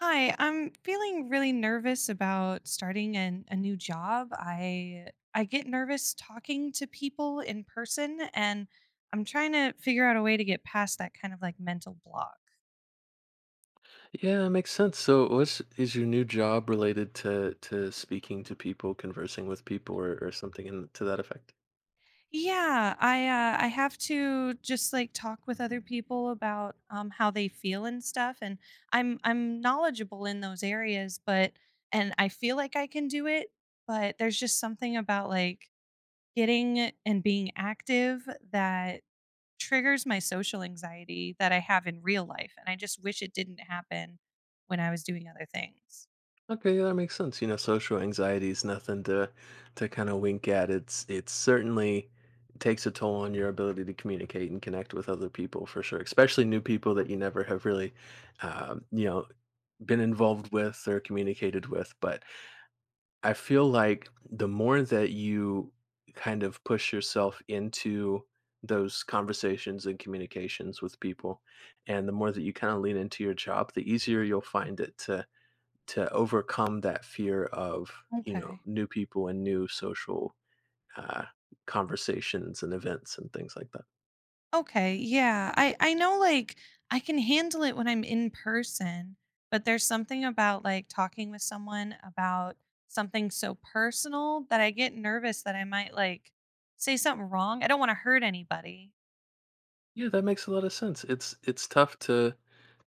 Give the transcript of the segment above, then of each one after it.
Hi, I'm feeling really nervous about starting a new job. I get nervous talking to people in person, and I'm trying to figure out a way to get past that kind of like mental block. Yeah, that makes sense. So, what's is your new job related to speaking to people, conversing with people, or something to that effect? Yeah, I I have to just like talk with other people about how they feel and stuff, and I'm knowledgeable in those areas, but and I feel like I can do it, but there's just something about like getting and being active that triggers my social anxiety that I have in real life, and I just wish it didn't happen when I was doing other things. Okay, yeah, that makes sense. You know, social anxiety is nothing to kind of wink at. It certainly takes a toll on your ability to communicate and connect with other people for sure, especially new people that you never have really, um, you know, been involved with or communicated with. But I feel like the more that you kind of push yourself into those conversations and communications with people, and the more that you kind of lean into your job, the easier you'll find it to overcome that fear of Okay. new people and new social uh, conversations and events and things like that. Okay, yeah. I know like I can handle it when I'm in person, but there's something about like talking with someone about something so personal that I get nervous that I might like say something wrong. I don't want to hurt anybody. Yeah, that makes a lot of sense. It's tough to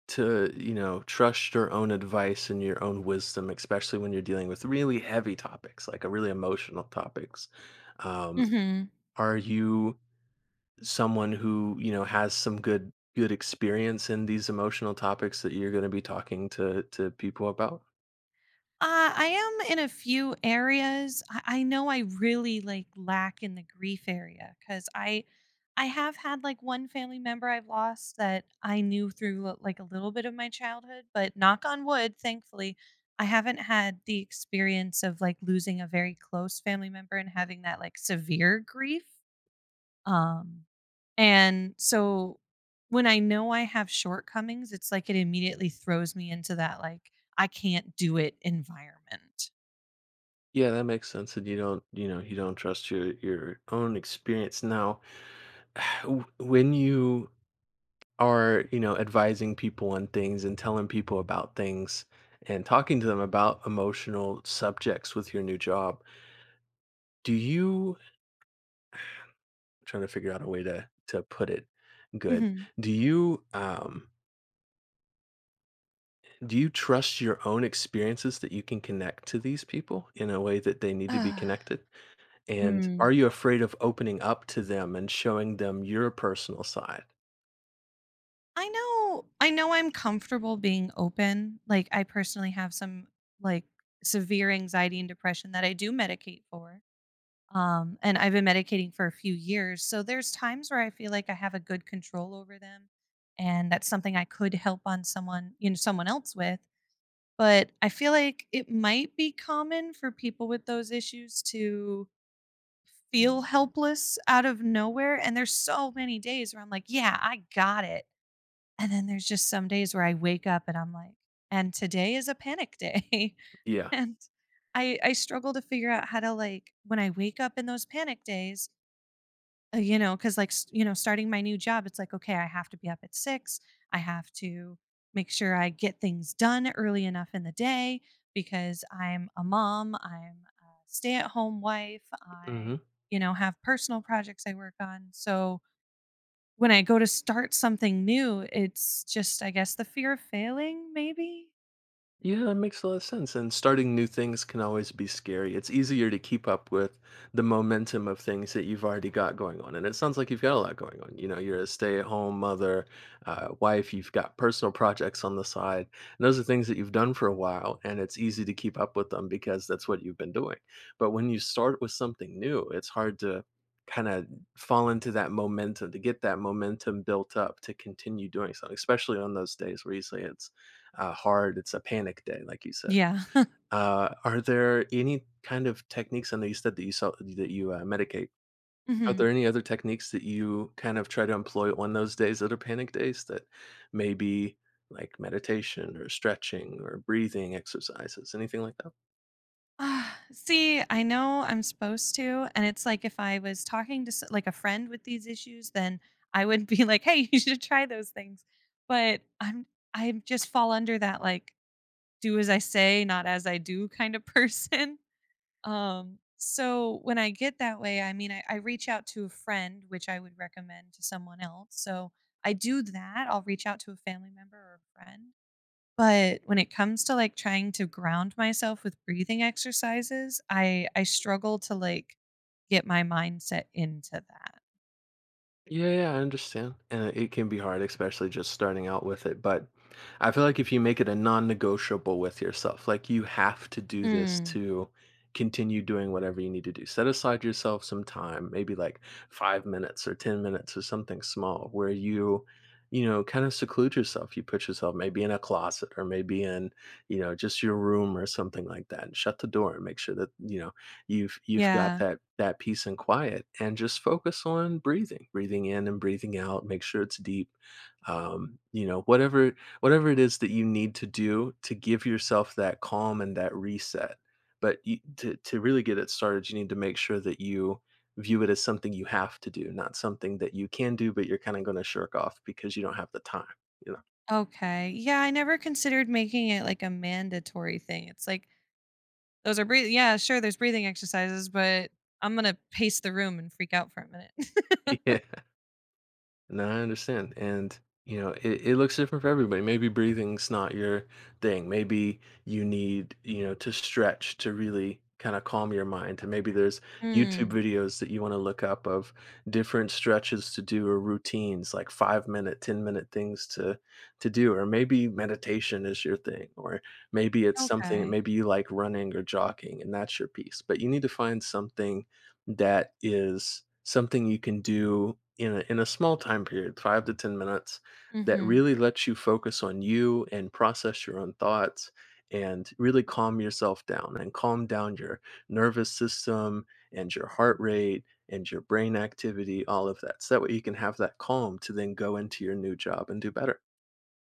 to, you know, trust your own advice and your own wisdom, especially when you're dealing with really heavy topics, like a really emotional topics. Um, Mhm. are you someone who, has some good experience in these emotional topics that you're going to be talking to people about? Uh, I am in a few areas. I know I really like lack in the grief area because I have had like one family member I've lost that I knew through like a little bit of my childhood, but knock on wood, thankfully, I haven't had the experience of like losing a very close family member and having that like severe grief. Um, and so when I know I have shortcomings, it's like it immediately throws me into that like I can't do it environment. Yeah, that makes sense. And you don't trust your own experience. Now, when you are advising people on things and telling people about things and talking to them about emotional subjects with your new job do you I'm trying to figure out a way to put it good. Mhm. Do you um do you trust your own experiences that you can connect to these people in a way that they need to be Ah, connected, and mm. are you afraid of opening up to them and showing them your personal side? I know I'm comfortable being open. Like I personally have some like severe anxiety and depression that I do medicate for. And I've been medicating for a few years. So there's times where I feel like I have a good control over them, and that's something I could help on someone, you know, someone else with. But I feel like it might be common for people with those issues to feel helpless out of nowhere, and there's so many days where I'm like, yeah, I got it, and then there's just some days where I wake up and I'm like, and today is a panic day. Yeah. and I struggle to figure out how to like when I wake up in those panic days, you know, cuz like you know, starting my new job, it's like okay, I have to be up at 6. I have to make sure I get things done early enough in the day, because I'm a mom, I'm a stay-at-home wife, I Mm-hmm. you know, have personal projects I work on. So when I go to start something new, it's just, I guess, the fear of failing, maybe? Yeah, that makes a lot of sense. And starting new things can always be scary. It's easier to keep up with the momentum of things that you've already got going on. And it sounds like you've got a lot going on. You know, you're a stay-at-home mother, wife. You've got personal projects on the side, and those are things that you've done for a while. And it's easy to keep up with them because that's what you've been doing. But when you start with something new, it's hard to kind of fall into that momentum to get that momentum built up to continue doing something, especially on those days where you say it's hard. It's a panic day, like you said. Yeah. Are there any kind of techniques? I know you said that you saw that you medicate. Are Mhm. there any other techniques that you kind of try to employ on those days that are panic days, that maybe like meditation or stretching or breathing exercises, anything like that? Ah, see, I know I'm supposed to, and it's like if I was talking to s like, a friend with these issues, then I would be like, "Hey, you should try those things." But I just fall under that, like, do as I say, not as I do kind of person. So when I get that way, I mean, I reach out to a friend, which I would recommend to someone else. So I do that. I'll reach out to a family member or a friend. But when it comes to like trying to ground myself with breathing exercises, I struggle to like get my mindset into that. Yeah, yeah, I understand. And it can be hard, especially just starting out with it. But I feel like if you make it a non negotiable with yourself, like you have to do this Mm. to continue doing whatever you need to do, set aside yourself some time, maybe like 5 minutes or 10 minutes or something small where you know, kind of seclude yourself. You put yourself maybe in a closet or maybe in, you know, just your room or something like that and shut the door and make sure that, you've got Yeah. that peace and quiet, and just focus on breathing, breathing in and breathing out, make sure it's deep. Whatever Whatever it is that you need to do to give yourself that calm and that reset. But to really get it started, you need to make sure that you view it as something you have to do, not something that you can do, but you're kind of going to shirk off because you don't have the time, you know? Okay. Yeah, I never considered making it like a mandatory thing. It's like those are breathing, yeah, sure, there's breathing exercises, but I'm gonna pace the room and freak out for a minute. Yeah. No, I understand. And, you know, it looks different for everybody. Maybe breathing's not your thing. Maybe you need, you know, to stretch to really kind of calm your mind. And maybe there's YouTube Mm, videos that you want to look up of different stretches to do or routines, like 5 minute, 10-minute things to do. Or maybe meditation is your thing. Or maybe it's something, okay. maybe you like running or jogging and that's your piece. But you need to find something that is something you can do in a small time period, five to 10 minutes, that Mhm. really lets you focus on you and process your own thoughts and really calm yourself down and calm down your nervous system and your heart rate and your brain activity, all of that. So that way you can have that calm to then go into your new job and do better.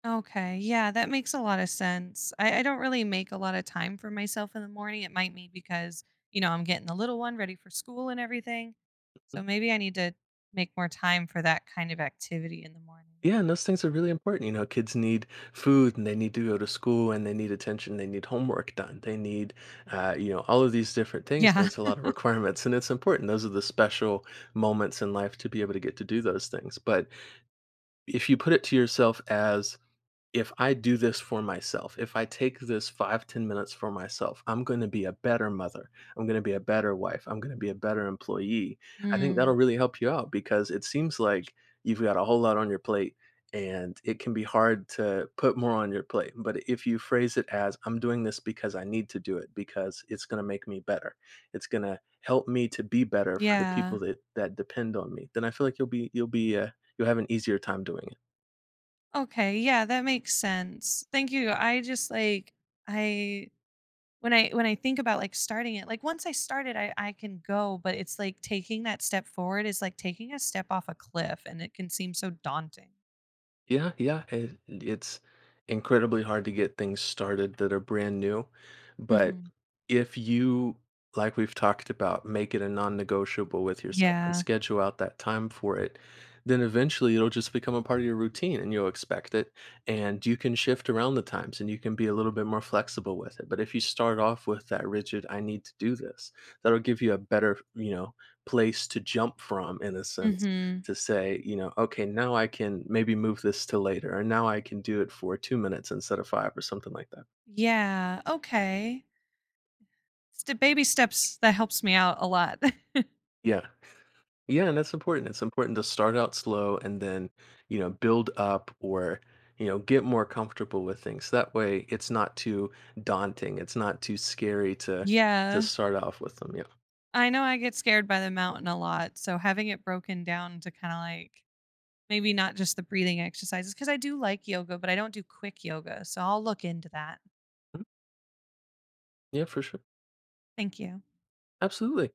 Okay, yeah, that makes a lot of sense. I don't really make a lot of time for myself in the morning. It might be because, you know, I'm getting the little one ready for school and everything. So maybe I need to make more time for that kind of activity in the morning. Yeah, and those things are really important. You know, kids need food and they need to go to school and they need attention. They need homework done. They need, you know, all of these different things. And Yeah. it's a lot of requirements and it's important. Those are the special moments in life to be able to get to do those things. But if you put it to yourself as, if I do this for myself, if I take this five, 10 minutes for myself, I'm going to be a better mother. I'm going to be a better wife. I'm going to be a better employee. I think that'll Mm, really help you out because it seems like you've got a whole lot on your plate and it can be hard to put more on your plate. But if you phrase it as, I'm doing this because I need to do it because it's going to make me better, it's going to help me to be better for the yeah. people that, that depend on me, then I feel like you'll have an easier time doing it. Okay, yeah, that makes sense. Thank you. I just, like I when I think about, like, starting it like, once I started, I can go, but it's like taking that step forward is like taking a step off a cliff, and it can seem so daunting. Yeah, yeah, it's incredibly hard to get things started that are brand new, but Mhm. if you, like we've talked about, make it a non-negotiable with yourself and Yeah. schedule out that time for it, then eventually it'll just become a part of your routine and you'll expect it, and you can shift around the times and you can be a little bit more flexible with it. But if you start off with that rigid, I need to do this, that'll give you a better, you know, place to jump from, in a sense, Mhm. to say, you know, okay, now I can maybe move this to later, or now I can do it for 2 minutes instead of 5 or something like that. Yeah, okay. Ste baby steps, that helps me out a lot. Yeah. Yeah, and that's important. It's important to start out slow and then, you know, build up or, you know, get more comfortable with things. That way it's not too daunting. It's not too scary to Yeah. start off with them. Yeah. I know I get scared by the mountain a lot, so having it broken down to kinda, like, maybe not just the breathing exercises, because I do like yoga, but I don't do quick yoga, so I'll look into that. Mhm. Yeah, for sure. Thank you. Absolutely.